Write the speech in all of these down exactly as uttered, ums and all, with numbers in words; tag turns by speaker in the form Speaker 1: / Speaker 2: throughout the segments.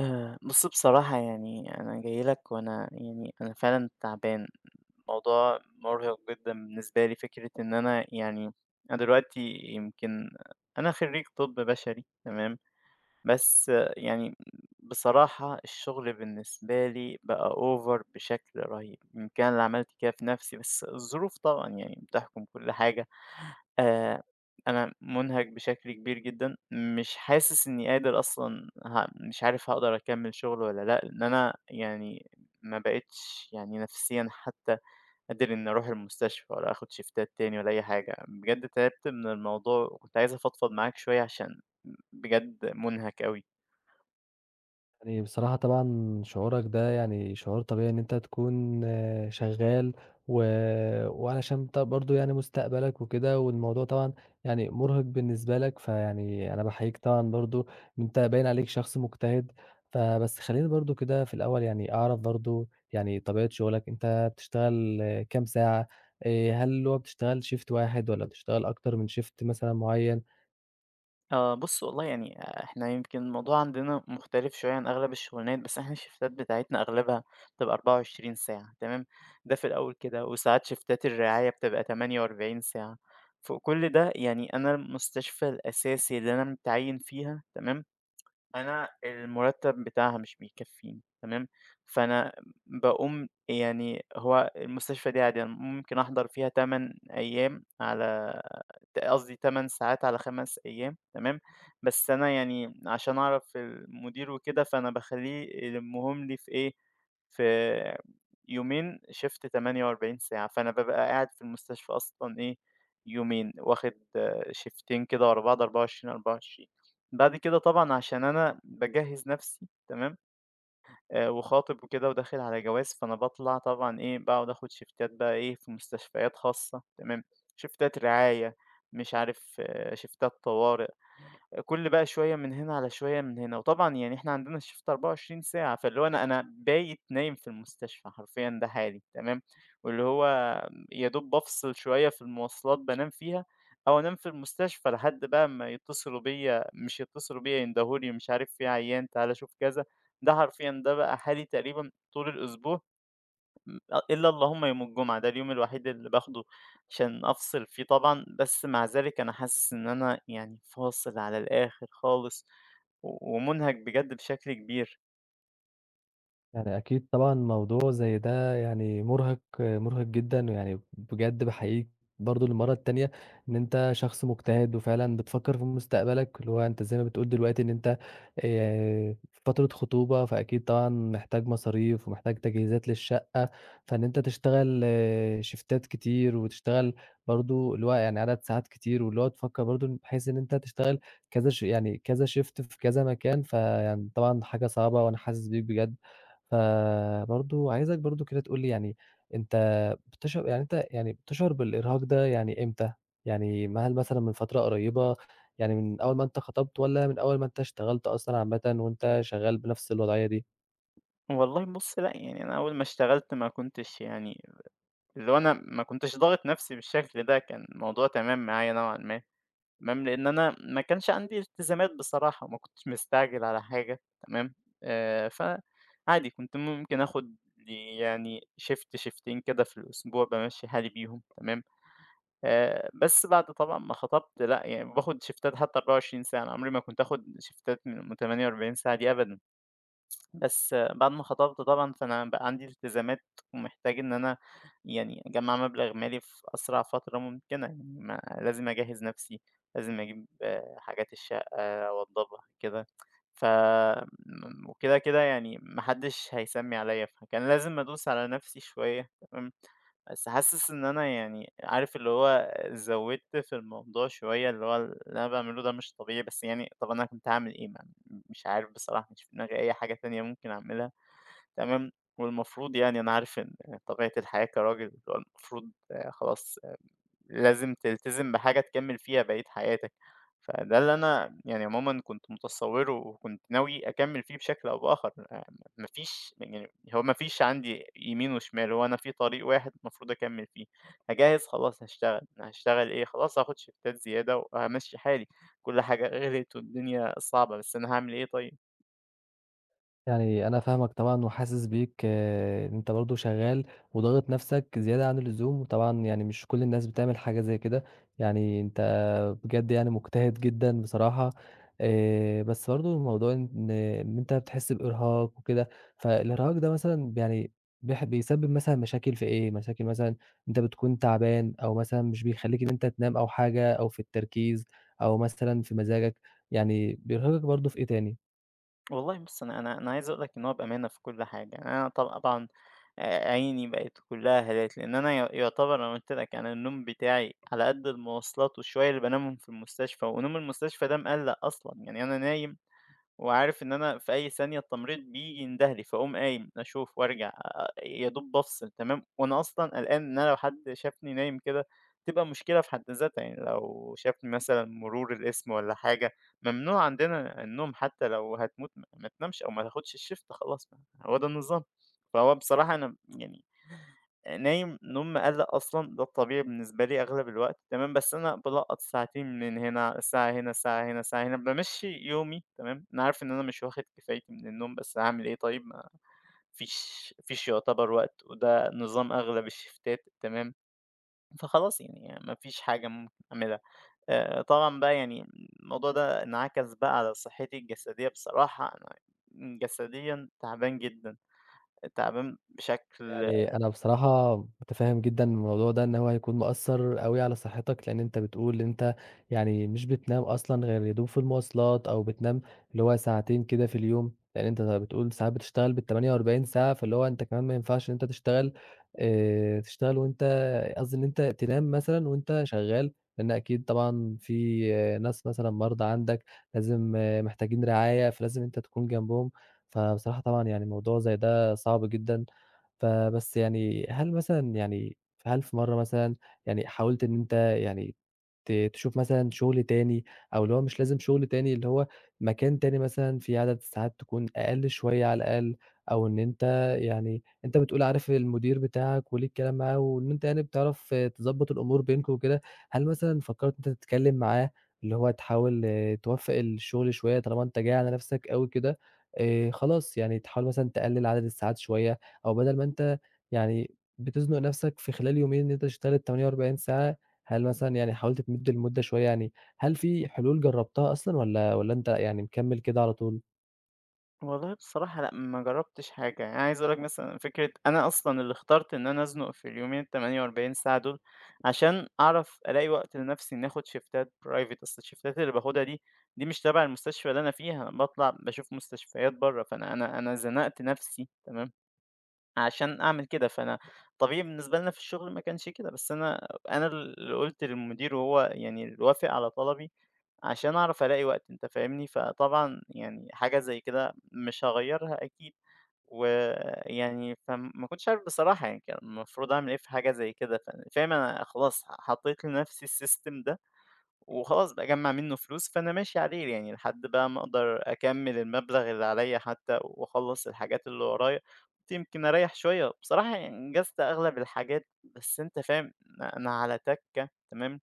Speaker 1: آآ، بُص بصراحة يعني أنا جاي لك وأنا يعني أنا فعلًا تعبان، الموضوع مُرهق جدًا بالنسبة لي، فكرة إن أنا يعني أنا دلوقتي يمكن أنا خريج طب بشري تمام، بس آه، يعني بصراحة الشغل بالنسبة لي بقى over بشكل رهيب، يمكن أنا اللي عملت كده في نفسي، بس الظروف طبعًا يعني بتحكم كل حاجة. آآ أنا مُنهَك بشكل كبير جدًا، مش حاسس إنّي قادر أصلًا ه مش عارف هاقدر أكمّل شغل والّا لأ، لإن أنا يعني ما بقيتش يعني نفسيًا حتّى قادر إنّي أروح المستشفى ولا آخُد شيفتات تاني ولا أي حاجة، بجد تعبت من الموضوع وكنت عايز أفضفض معاك شوية عشان بجد مُنهَك أوي.
Speaker 2: يعني بصراحة طبعًا شعورك ده يعني شعور طبيعي إن أنت تكون آه، شغال و وعلشان أنت برضه يعني مستقبلك وكده، والموضوع طبعًا يعني مُرهق بالنسبة لك، فيعني أنا باحييك طبعًا برضه إن أنت باين عليك شخص مجتهد. فبس خلّيني برضه كده في الأول يعني أعرف برضه يعني طبيعة شغلك، أنت بتشتغل آه، كام ساعة؟ آآ، هل هو بتشتغل shift واحد والّا بتشتغل أكتر من shift مثلًا معيّن؟
Speaker 1: آه بُص والله يعني آه، إحنا يمكن الموضوع عندنا مختلف شوية عن أغلب الشغلانات، بس إحنا الشيفتات بتاعتنا أغلبها بتبقى 24 ساعة تمام، ده في الأول كده، وساعات شيفتات الرعاية بتبقى 48 ساعة، فوق كل ده يعني أنا المستشفى الأساسي اللي أنا متعيّن فيها تمام، أنا المرتب بتاعها مش بيكفّيني تمام، فأنا باقوم يعني هو المستشفى دي عادي أنا ممكن أحضر فيها 8 أيام على ت قصدي 8 ساعات على 5 أيام تمام، بس أنا يعني عشان أعرف المدير وكده فأنا باخلّيه يلمّهم لي في إيه، في يومين shift 48 ساعة، فأنا بابقى قاعد في المستشفى أصلًا إيه، يومين واخد آه، شيفتين كده ورا بعض أربعة وعشرين، أربعة وعشرين. بعد كده طبعًا عشان أنا باجهّز نَفْسي تمام، آآ وخاطب وكده وداخل على جواز، فأنا باطلع طبعًا إيه، باقعد آخُد شيفتات بقى إيه، في مستشفيات خاصة تمام، شيفتات رعاية، مش عارف آه، شيفتات طوارئ. كل بقى شوية من هنا على شوية من هنا، وطبعًا يعني إحنا عندنا الشيفت 24 ساعة، فاللي هو أنا أنا بايت نايم في المستشفى حرفيًا ده حالي تمام، واللي هو يا دوب بافصل شوية في المواصلات بانام فيها، أو أنام في المستشفى لحد بقى ما يتصلوا بيّا مش يتصلوا بيّا يندهوا لي مش عارف في عيان تعالَ شوف كذا، ده حرفيًا ده بقى حالي تقريبًا طول الأسبوع. م أ إلا اللهم يوم الجمعة، ده اليوم الوحيد اللي باخده عشان أفصل فيه طبعًا، بس مع ذلك أنا حاسس إن أنا يعني فاصل على الآخر خالص و ومُنهَك بجد بشكل كبير.
Speaker 2: يعني أكيد طبعًا موضوع زي ده يعني مُرهِق، مُرهِق جدًا، ويعني بجد باحييك برضه للمرّة التانية إن أنت شخص مجتهد وفعلًا بتفكّر في مستقبلك، اللي هو أنت زي ما بتقول دلوقتي إن أنت آآ في فترة خطوبة، فأكيد طبعًا محتاج مصاريف ومحتاج تجهيزات للشقة، فإن أنت تشتغل آه، شيفتات كتير وتشتغل برضه اللي هو يعني عدد ساعات كتير، واللي هو تفكّر برضه بحيث إن أنت تشتغل كذا ش يعني كذا شيفت في كذا مكان، فيعني طبعًا حاجة صعبة وأنا حاسس بيك بجد. فبرضه عايزك برضه كده تقول لي يعني أنت بتشعر يعني أنت يعني بتشعر بالإرهاق ده يعني إمتى؟ يعني م هل مثلًا من فترة قريبة، يعني من أول ما أنت خطبت والّا من أول ما أنت اشتغلت أصلًا عامةً وأنت شغال بنفس الوضعية دي؟
Speaker 1: والله بُص لأ، يعني أنا أول ما اشتغلت ما كنتش يعني اللي هو أنا ما كنتش ضاغط نَفْسي بالشكل ده، كان الموضوع تمام معايا نوعًا ما. تمام، لإن أنا ما كانش عندي التزامات بصراحة، ما كنتش مستعجل على حاجة تمام، آآ، فعادي كنت ممكن آخد لي يعني shift شيفتين كده في الأسبوع بامشّي حالي بيهم تمام، آآ، بس بعد طبعًا ما خطبت لأ، يعني باخد شيفتات حتى 24 ساعة، أنا عمري ما كنت آخد شيفتات من 48 ساعة دي أبدًا. بس بعد ما خطبت طبعًا، فأنا بقى عندي التزامات، ومحتاج إن أنا يعني أجمّع مبلغ مالي في أسرع فترة ممكنة، يعني ما لازم أجهّز نفسي، لازم أجيب آه، حاجات الشقة أوضّبها كده، ف م وكده، كده يعني ما حدش هيسمّي عليَّ، فكان لازم أدوس على نفسي شوية، تمام. بس حاسس إن أنا يعني عارف اللي هو زوِّدت في الموضوع شوية، اللي هو اللي أنا باعمله ده مش طبيعي، بس يعني طَب أنا كنت هاعمل إيه؟ ما مش عارف بصراحة، مش في دماغي أي حاجة تانية ممكن أعملها، تمام، والمفروض يعني أنا عارف إن طبيعة الحياة كراجل اللي هو المفروض آه، خلاص لازم تلتزم بحاجة تكمّل فيها بقية حياتك، فده اللي أنا يعني عمومًا كنت متصوّره وكنت ناوي أكمّل فيه بشكل أو بآخر، آآ ما فيش يعني هو ما فيش عندي يمين وشمال، هو أنا في طريق واحد المفروض أكمّل فيه، هاجهّز خلاص هاشتغل، هاشتغل إيه خلاص هاخد شيفتات زيادة وهامشّي حالي، كل حاجة غِليت والدنيا صعبة، بس أنا هاعمل إيه طيب؟
Speaker 2: يعني أنا فاهمك طبعًا وحاسس بيك آآ، إن أنت برضه شغال وضاغط نفسك زيادة عن اللزوم، وطبعًا يعني مش كل الناس بتعمل حاجة زي كده، يعني أنت بجد يعني مجتهد جدًا بصراحة آآ، بس برضه الموضوع إن إن أنت بتحس بإرهاق وكده، فالإرهاق ده مثلًا يعني بيح بيسبب مثلًا مشاكل في إيه؟ مشاكل مثلًا أنت بتكون تعبان أو مثلًا مش بيخلّيك إن أنت تنام أو حاجة أو في التركيز أو مثلًا في مزاجك، يعني بيرهقك برضه في إيه تاني؟
Speaker 1: والله بُص، أنا أنا أنا عايز أقول لك إن هو بأمانة في كل حاجة، يعني أنا طل- طبعًا آآ عيني بقت كلّها هالات، لإن أنا ي يعتبر أنا قُلت لك أنا النوم بتاعي على قد المواصلات والشوية اللي بانامهم في المستشفى، ونوم المستشفى ده مقلّق أصلًا، يعني أنا نايم وعارف إن أنا في أي ثانية التمريض بييجي ينده لي، فاقوم قايم أشوف وأرجع آآ، يا دوب بافصل تمام، وأنا أصلًا قلقان إن أنا لو حد شافني نايم كده تبقى مشكلة في حد ذاتها، يعني لو شافني مثلًا مرور القسم والّا حاجة، ممنوع عندنا النوم حتى لو هتموت ما ما تنامش أو ما تاخدش الشيفت خلاص، ما هو ده النظام. فهو بصراحة أنا يعني نايم نوم مقلّق أصلًا، ده الطبيعي بالنسبة لي أغلب الوقت تمام، بس أنا بالقّط ساعتين من هنا، ساعة هنا، ساعة هنا، ساعة هنا، بامشّي يومي تمام، أنا عارف إن أنا مش واخد كفايتي من النوم، بس هاعمل إيه طيب ما فيش فيش يعتبر وقت، وده نظام أغلب الشيفتات تمام، فخلاص يعني ما فيش حاجة ممكن أعملها. آآ، طبعًا بقى يعني الموضوع ده انعكس بقى على صحتي الجسدية بصراحة، أنا جسديًا تعبان جدًا، تعبان بشكل.
Speaker 2: يعني أنا بصراحة متفهم جدًا الموضوع ده، إن هو هيكون مأثّر أوي على صحتك، لإن أنت بتقول ان أنت يعني مش بتنام أصلًا غير يا دوب في المواصلات، أو بتنام اللي هو ساعتين كده في اليوم، لإن أنت بتقول ساعات بتشتغل بالثمانية وأربعين ساعة، فاللي هو أنت كمان ما ينفعش إن أنت تشتغل آآ، تشتغل وأنت قصدي إن أنت تنام مثلًا وأنت شغال، لإن أكيد طبعًا في آه، ناس مثلًا مرضى عندك لازم آه، محتاجين رعاية، فلازم أنت تكون جنبهم، فبصراحة طبعًا يعني موضوع زي ده صعب جدًا. فبس يعني هل مثلًا يعني هل في مرّة مثلًا يعني حاولت إن أنت يعني ت تشوف مثلًا شغل تاني، أو اللي هو مش لازم شغل تاني، اللي هو مكان تاني مثلًا فيه عدد ساعات تكون أقل شوية على الأقل، أو إن أنت يعني أنت بتقول عارف المدير بتاعك وليك كلام معاه، وإن أنت يعني بتعرف تضبّط الأمور بينكم وكده، هل مثلًا فكّرت إن أنت تتكلم معاه، اللي هو تحاول آه، توفّق الشغل شوية طالما أنت جاي على نَفْسك أوي كده، آآ خلاص يعني تحاول مثلًا تقلل عدد الساعات شوية، أو بدل ما أنت يعني بتزنُق نَفْسك في خلال يومين إن أنت تشتغل الثمانية وأربعين ساعة، هل مثلًا يعني حاولت تمِد المُدّة شوية يعني، هل في حلول جرّبتها أصلًا والّا والّا أنت يعني مكمّل كده على طول؟
Speaker 1: والله بصراحة لأ، ما جرّبتش حاجة، يعني عايز أقول لك مثلًا فكرة أنا أصلًا اللي اخترت إن أنا أزنُق في اليومين الثمانية وأربعين ساعة دول، عشان أعرف ألاقي وقت لنفسي إني آخُد شيفتات private أصل الشيفتات اللي باخدها دي، دي مش تبع المستشفى اللي أنا فيها، باطلع باشوف مستشفيات برّه، فأنا أنا أنا زنقت نفسي تمام؟ عشان أعمل كده، فأنا طبيعي بالنسبة لنا في الشغل ما كانش كده، بس أنا أنا اللي قُلت للمدير وهو يعني اللي وافق على طلبي عشان أعرف ألاقي وقت أنت فاهمني، فطبعًا يعني حاجة زي كده مش هاغيّرها أكيد، ويعني فما كنتش عارف بصراحة يعني كان المفروض أعمل إيه في حاجة زي كده، ف فاهم أنا خلاص حطيت لنفسي السيستم ده وخلاص باجمّع منّه فلوس، فأنا ماشي عليه يعني لحد بقى ما أقدر أكمّل المبلغ اللي عليَّ حتى وأخلّص الحاجات اللي ورايا، يمكن أريّح شوية. بصراحة يعني أنجزت أغلب الحاجات، بس أنت فاهم أنا على تَكّة تمام،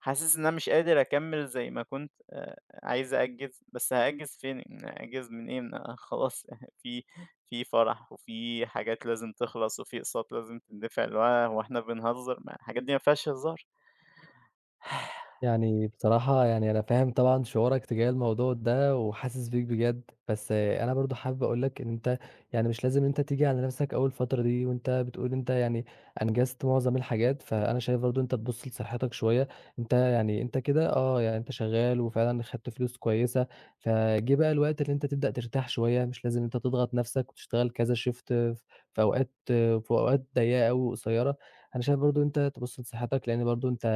Speaker 1: حاسس إن أنا مش قادر أكمّل زي ما كنت آآ عايز أأجّز، بس هأجّز فين؟ أأجّز من إيه؟ ما خلاص في في فرح وفي حاجات لازم تخلص وفي أقساط لازم تندفع، اللي هو هو إحنا بنهزر؟ ما الحاجات دي ما فيهاش هزار.
Speaker 2: يعني بصراحة يعني أنا فاهم طبعًا شعورك تجاه الموضوع ده، وحاسس بيك بجد، بس أنا برضه حابب أقول لك إن أنت يعني مش لازم أنت تيجي على نفسك أوي الفترة دي، وأنت بتقول أنت يعني أنجزت معظم الحاجات، فأنا شايف برضه أنت تبُص لصحتك شوية، أنت يعني أنت كده آه، يعني أنت شغال وفعلًا خدت فلوس كويسة، فجِه بقى الوقت اللي أنت تبدأ ترتاح شوية، مش لازم أنت تضغط نفسك وتشتغل كذا shift ف في أوقات في أوقات ضيّقة أوي وقصيرة. أنا شايف برضه أنت تبُص لصحتك، لإن برضه أنت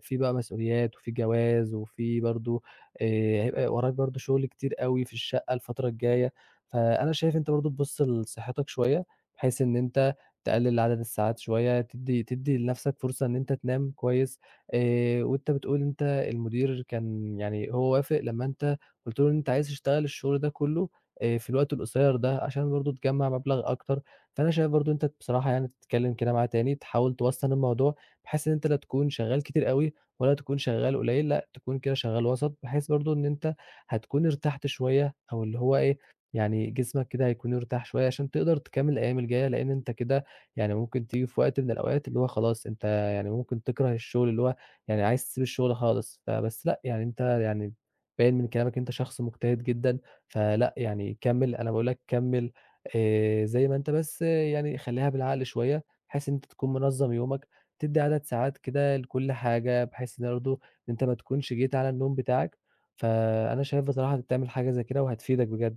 Speaker 2: في بقى مسؤوليات وفي جواز وفي برضه آآ، هيبقى وراك برضه شغل كتير أوي في الشقة الفترة الجاية، فأنا شايف أنت برضه تبُص لصحتك شوية، بحيث إن أنت تقلل عدد الساعات شوية، تدّي تدّي لنفسك فرصة إن أنت تنام كويس، آآ، وأنت بتقول أنت المدير كان يعني هو وافق لمّا أنت قُلت له إن أنت عايز تشتغل الشغل ده كلّه آآ، في الوقت القصير ده، عشان برضه تجمّع مبلغ أكتر. فأنا شايف برضه أنت بصراحة يعني تتكلم كده معاه تاني، تحاول توسّن الموضوع بحيث إن أنت لا تكون شغّال كتير أوي ولا تكون شغّال قليل، لأ تكون كده شغّال وسط، بحيث برضه إن أنت هتكون ارتحت شوية أو اللي هو إيه، يعني جسمك كده هيكون ارتاح شوية عشان تقدر تكمّل الأيام الجاية، لإن أنت كده يعني ممكن تيجي في وقت من الأوقات اللي هو خلاص أنت يعني ممكن تكره الشغل، اللي هو يعني عايز تسيب الشغل خالص، فبس لأ، يعني أنت يعني باين من كلامك أنت شخص مجتهد جدًا، فلأ يعني كمّل، أنا باقول لك كمّل آآ زي ما أنت بس يعني خلّيها بالعقل شوية، بحيث إن أنت تكون منظّم يومك، تدّي عدد ساعات كده لكل حاجة، بحيث إن برضه أنت ما تكونش جيت على النوم بتاعك، فأنا شايف بصراحة إنك تعمل حاجة زي كده وهتفيدك بجد.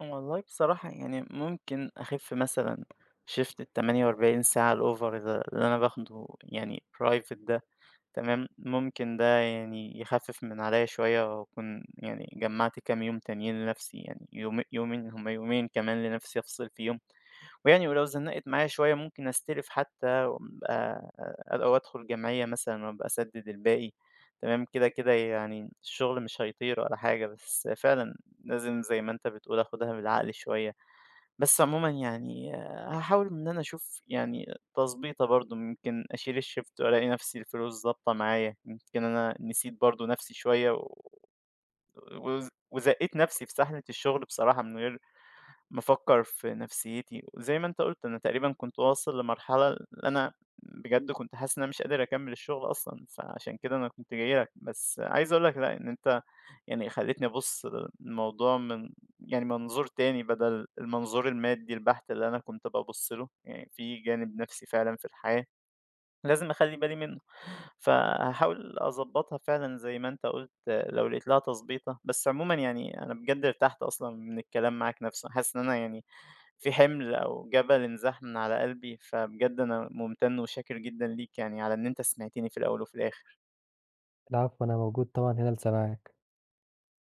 Speaker 1: والله بصراحة يعني ممكن أخف مثلًا شيفت الثمانية وأربعين ساعة الأوفر ده اللي أنا باخده يعني private ده تمام، ممكن ده يعني يخفف من عليَّ شوية وأكون يعني جمعت كام يوم تانيين لنفسي يعني يوم يومين هُم يومين كمان لنفسي أفصل فيهم. ويعني ولو زنقت معايا شوية ممكن أستلف حتى وأبقى أو أدخل جمعية مثلًا وأبقى أسدد الباقي، تمام، كده، كده يعني الشغل مش هيطير ولا حاجة، بس فعلًا لازم زي ما أنت بتقول آخدها بالعقل شوية، بس عمومًا يعني هاحاول إن أنا أشوف يعني تضبيطة برضه يمكن أشيل الشيفت وألاقي نفسي الفلوس ضابطة معايا، يمكن أنا نسيت برضه نفسي شوية و وز وزَقّيت نَفْسي في سحلة الشغل بصراحة من غير ما أفكّر في نفسيتي، وزي ما أنت قُلت أنا تقريبًا كنت واصل لمرحلة اللي أنا بجد كنت حاسس إن أنا مش قادر أكمّل الشغل أصلًا، فعشان كده أنا كنت جاي لك، بس عايز أقول لك لأ، إن أنت يعني خلّيتني أبُص للموضوع من يعني منظور تاني بدل المنظور المادي البحت اللي أنا كنت بابُص له، يعني في جانب نَفْسي فعلًا في الحياة. لازم أخلّي بالي منّه، فهاحاول أضبّطها فعلًا زي ما أنت قُلت آه، لو لقيت لها تضبيطة، بس عمومًا يعني أنا بجد ارتحت أصلًا من الكلام معاك نَفْسه، حاسس إن أنا يعني في حِمل أو جبل انزاح من على قلبي، فبجد أنا ممتن وشاكر جدًا ليك يعني على إن أنت سمعتني في الأول وفي الآخر.
Speaker 2: العفو، أنا موجود طبعًا هنا لسماعك.